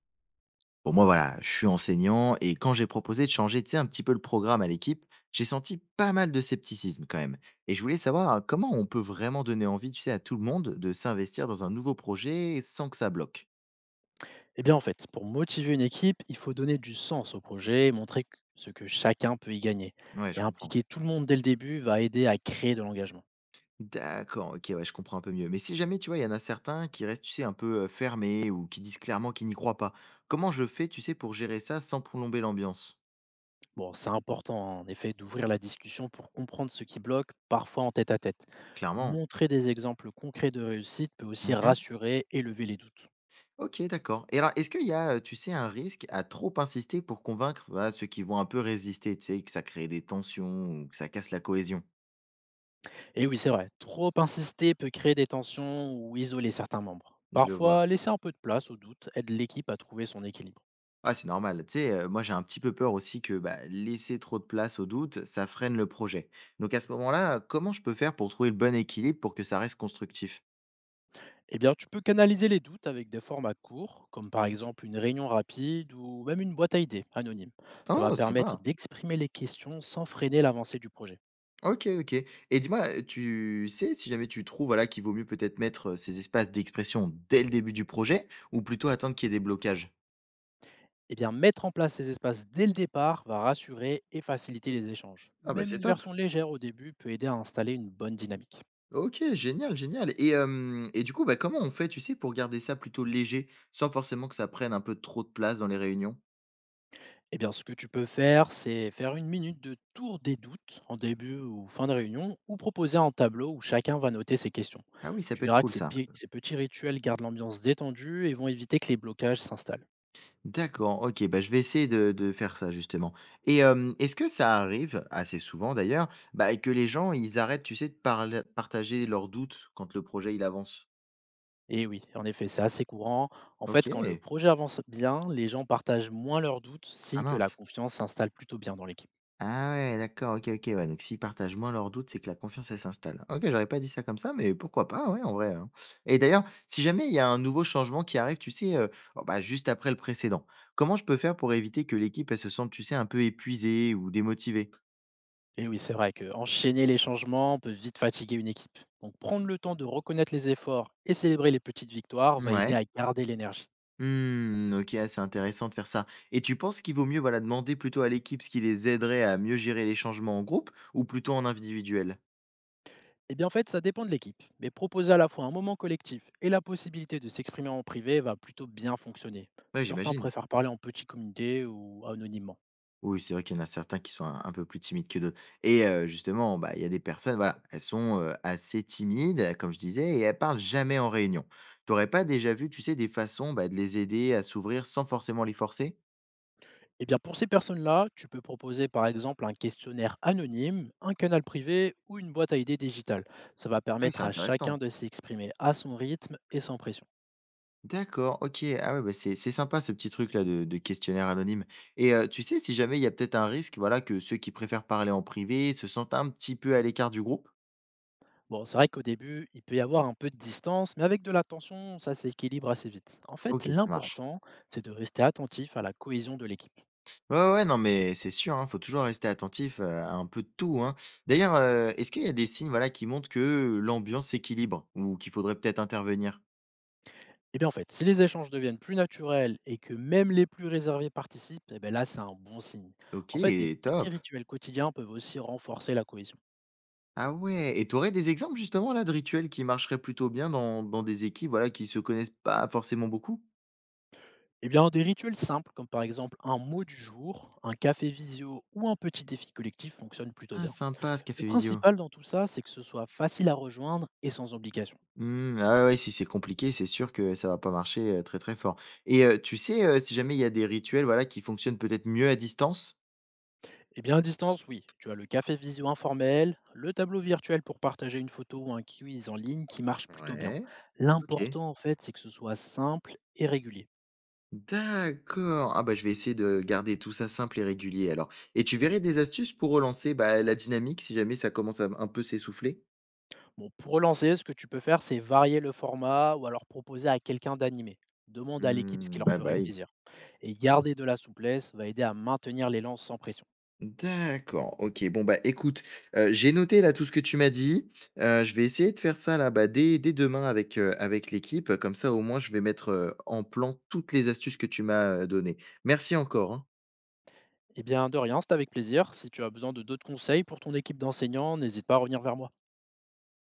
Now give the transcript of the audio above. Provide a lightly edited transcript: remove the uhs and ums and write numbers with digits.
Bon, moi, voilà, je suis enseignant et quand j'ai proposé de changer, tu sais, un petit peu le programme à l'équipe, j'ai senti pas mal de scepticisme quand même. Et je voulais savoir comment on peut vraiment donner envie, tu sais, à tout le monde de s'investir dans un nouveau projet sans que ça bloque. Eh bien, en fait, pour motiver une équipe, il faut donner du sens au projet et montrer ce que chacun peut y gagner. Ouais, Et je comprends. impliquer tout le monde dès le début va aider à créer de l'engagement. D'accord, ok, ouais, je comprends un peu mieux. Mais si jamais, tu vois, il y en a certains qui restent, tu sais, un peu fermés ou qui disent clairement qu'ils n'y croient pas, comment je fais, tu sais, pour gérer ça sans plomber l'ambiance. Bon, c'est important, hein, en effet, d'ouvrir la discussion pour comprendre ce qui bloque, parfois en tête à tête. Clairement. Montrer des exemples concrets de réussite peut aussi rassurer et lever les doutes. OK, d'accord. Et alors, est-ce qu'il y a, tu sais, un risque à trop insister pour convaincre, voilà, ceux qui vont un peu résister? Tu sais, que ça crée des tensions ou que ça casse la cohésion? Et oui, c'est vrai, trop insister peut créer des tensions ou isoler certains membres. Je vois. Parfois, laisser un peu de place au doute aide l'équipe à trouver son équilibre. Ah, c'est normal. Tu sais, moi, j'ai un petit peu peur aussi que, bah, laisser trop de place au doute, ça freine le projet. Donc à ce moment-là, comment je peux faire pour trouver le bon équilibre pour que ça reste constructif? Eh bien, tu peux canaliser les doutes avec des formats courts, comme par exemple une réunion rapide ou même une boîte à idées anonyme. Ça va Oh, permettre sympa. d'exprimer les questions sans freiner l'avancée du projet. OK, OK. Et dis-moi, tu sais si jamais tu trouves, voilà, qu'il vaut mieux peut-être mettre, ces espaces d'expression dès le début du projet ou plutôt attendre qu'il y ait des blocages? Eh bien, mettre en place ces espaces dès le départ va rassurer et faciliter les échanges. Ah, bah, Même c'est une top. version légère au début peut aider à installer une bonne dynamique. OK, génial, génial et du coup, bah, comment on fait, tu sais, pour garder ça plutôt léger, sans forcément que ça prenne un peu trop de place dans les réunions? Eh bien, ce que tu peux faire, c'est faire une minute de tour des doutes en début ou fin de réunion, ou proposer un tableau où chacun va noter ses questions. Ah oui, ça Tu peut être verras que cool ça. Ces petits rituels gardent l'ambiance détendue et vont éviter que les blocages s'installent. D'accord, OK, bah, je vais essayer de faire ça justement et est-ce que ça arrive, assez souvent d'ailleurs, bah, que les gens, ils arrêtent, tu sais, de parler partager leurs doutes quand le projet, il avance? Et oui, en effet, c'est assez courant. En fait, quand le OK. projet avance bien, les gens partagent moins leurs doutes, Ah signe que la mince. confiance s'installe plutôt bien dans l'équipe. Ah ouais, d'accord, OK, OK, ouais, donc s'ils partagent moins leurs doutes, c'est que la confiance, elle s'installe. OK, j'aurais pas dit ça comme ça, mais pourquoi pas, ouais, en vrai, hein. Et d'ailleurs, si jamais il y a un nouveau changement qui arrive, tu sais, oh, bah, juste après le précédent, comment je peux faire pour éviter que l'équipe, elle se sente, tu sais, un peu épuisée ou démotivée? Et oui, c'est vrai que enchaîner les changements peut vite fatiguer une équipe. Donc prendre le temps de reconnaître les efforts et célébrer les petites victoires va aider Ouais. à garder l'énergie. Mmh, OK, ah, c'est intéressant de faire ça. Et tu penses qu'il vaut mieux, voilà, demander plutôt à l'équipe ce qui les aiderait à mieux gérer les changements en groupe ou plutôt en individuel? Eh bien, en fait, ça dépend de l'équipe. Mais proposer à la fois un moment collectif et la possibilité de s'exprimer en privé va plutôt bien fonctionner. Ouais, Certains j'imagine. préfèrent parler en petit comité ou anonymement. Oui, c'est vrai qu'il y en a certains qui sont un peu plus timides que d'autres et justement, bah, il y a des personnes, voilà, elles sont, assez timides, comme je disais et elles parlent jamais en réunion. Tu aurais pas déjà vu, tu sais, des façons, bah, de les aider à s'ouvrir sans forcément les forcer? Eh bien, pour ces personnes-là, tu peux proposer par exemple un questionnaire anonyme, un canal privé ou une boîte à idées digitale. Ça va Ah oui, c'est permettre à intéressant. chacun de s'exprimer à son rythme et sans pression. D'accord, OK. Ah ouais, bah, c'est sympa ce petit truc là de questionnaire anonyme et tu sais si jamais il y a peut-être un risque, voilà, que ceux qui préfèrent parler en privé se sentent un petit peu à l'écart du groupe? Bon, c'est vrai qu'au début, il peut y avoir un peu de distance, mais avec de l'attention, ça s'équilibre assez vite. En fait, OK, ça marche. l'important, c'est de rester attentif à la cohésion de l'équipe. Ouais, ouais, ouais, non, mais c'est sûr, hein, faut toujours rester attentif, à un peu de tout, hein. D'ailleurs, est-ce qu'il y a des signes, voilà, qui montrent que l'ambiance s'équilibre ou qu'il faudrait peut-être intervenir? Eh bien, en fait, si les échanges deviennent plus naturels et que même les plus réservés participent, eh ben là, c'est un bon signe. En fait, des OK, petits top. rituels quotidiens peuvent aussi renforcer la cohésion. Ah ouais et tu aurais des exemples justement là de rituels qui marcheraient plutôt bien dans des équipes, voilà, qui se connaissent pas forcément beaucoup? Eh bien, des rituels simples, comme par exemple un mot du jour, un café visio ou un petit défi collectif fonctionnent plutôt bien. Ah sympa ce Le café visio. principal dans tout ça, c'est que ce soit facile à rejoindre et sans obligation. Mmh, ah ouais, si c'est compliqué, c'est sûr que ça va pas marcher, très, très fort et tu sais, si jamais il y a des rituels, voilà, qui fonctionnent peut-être mieux à distance? Eh bien, à distance, oui, tu as le café visio informel, le tableau virtuel pour partager une photo ou un quiz en ligne qui marche plutôt bien. Ouais. OK. L'important, en fait, c'est que ce soit simple et régulier. D'accord. Ah bah je vais essayer de garder tout ça simple et régulier alors. Et tu verrais des astuces pour relancer bah, la dynamique si jamais ça commence à un peu s'essouffler? Bon, pour relancer, ce que tu peux faire, c'est varier le format ou alors proposer à quelqu'un d'animer. Demande à l'équipe ce qui Hmm, leur bye ferait bye. plaisir. Et garder de la souplesse va aider à maintenir les lances sans pression. D'accord, ok. Bon, bah écoute, j'ai noté là tout ce que tu m'as dit. Je vais essayer de faire ça là bah, dès, dès demain avec, avec l'équipe. Comme ça, au moins, je vais mettre en plan toutes les astuces que tu m'as données. Merci encore, hein. Eh bien, de rien, c'est avec plaisir. Si tu as besoin de d'autres conseils pour ton équipe d'enseignants, n'hésite pas à revenir vers moi.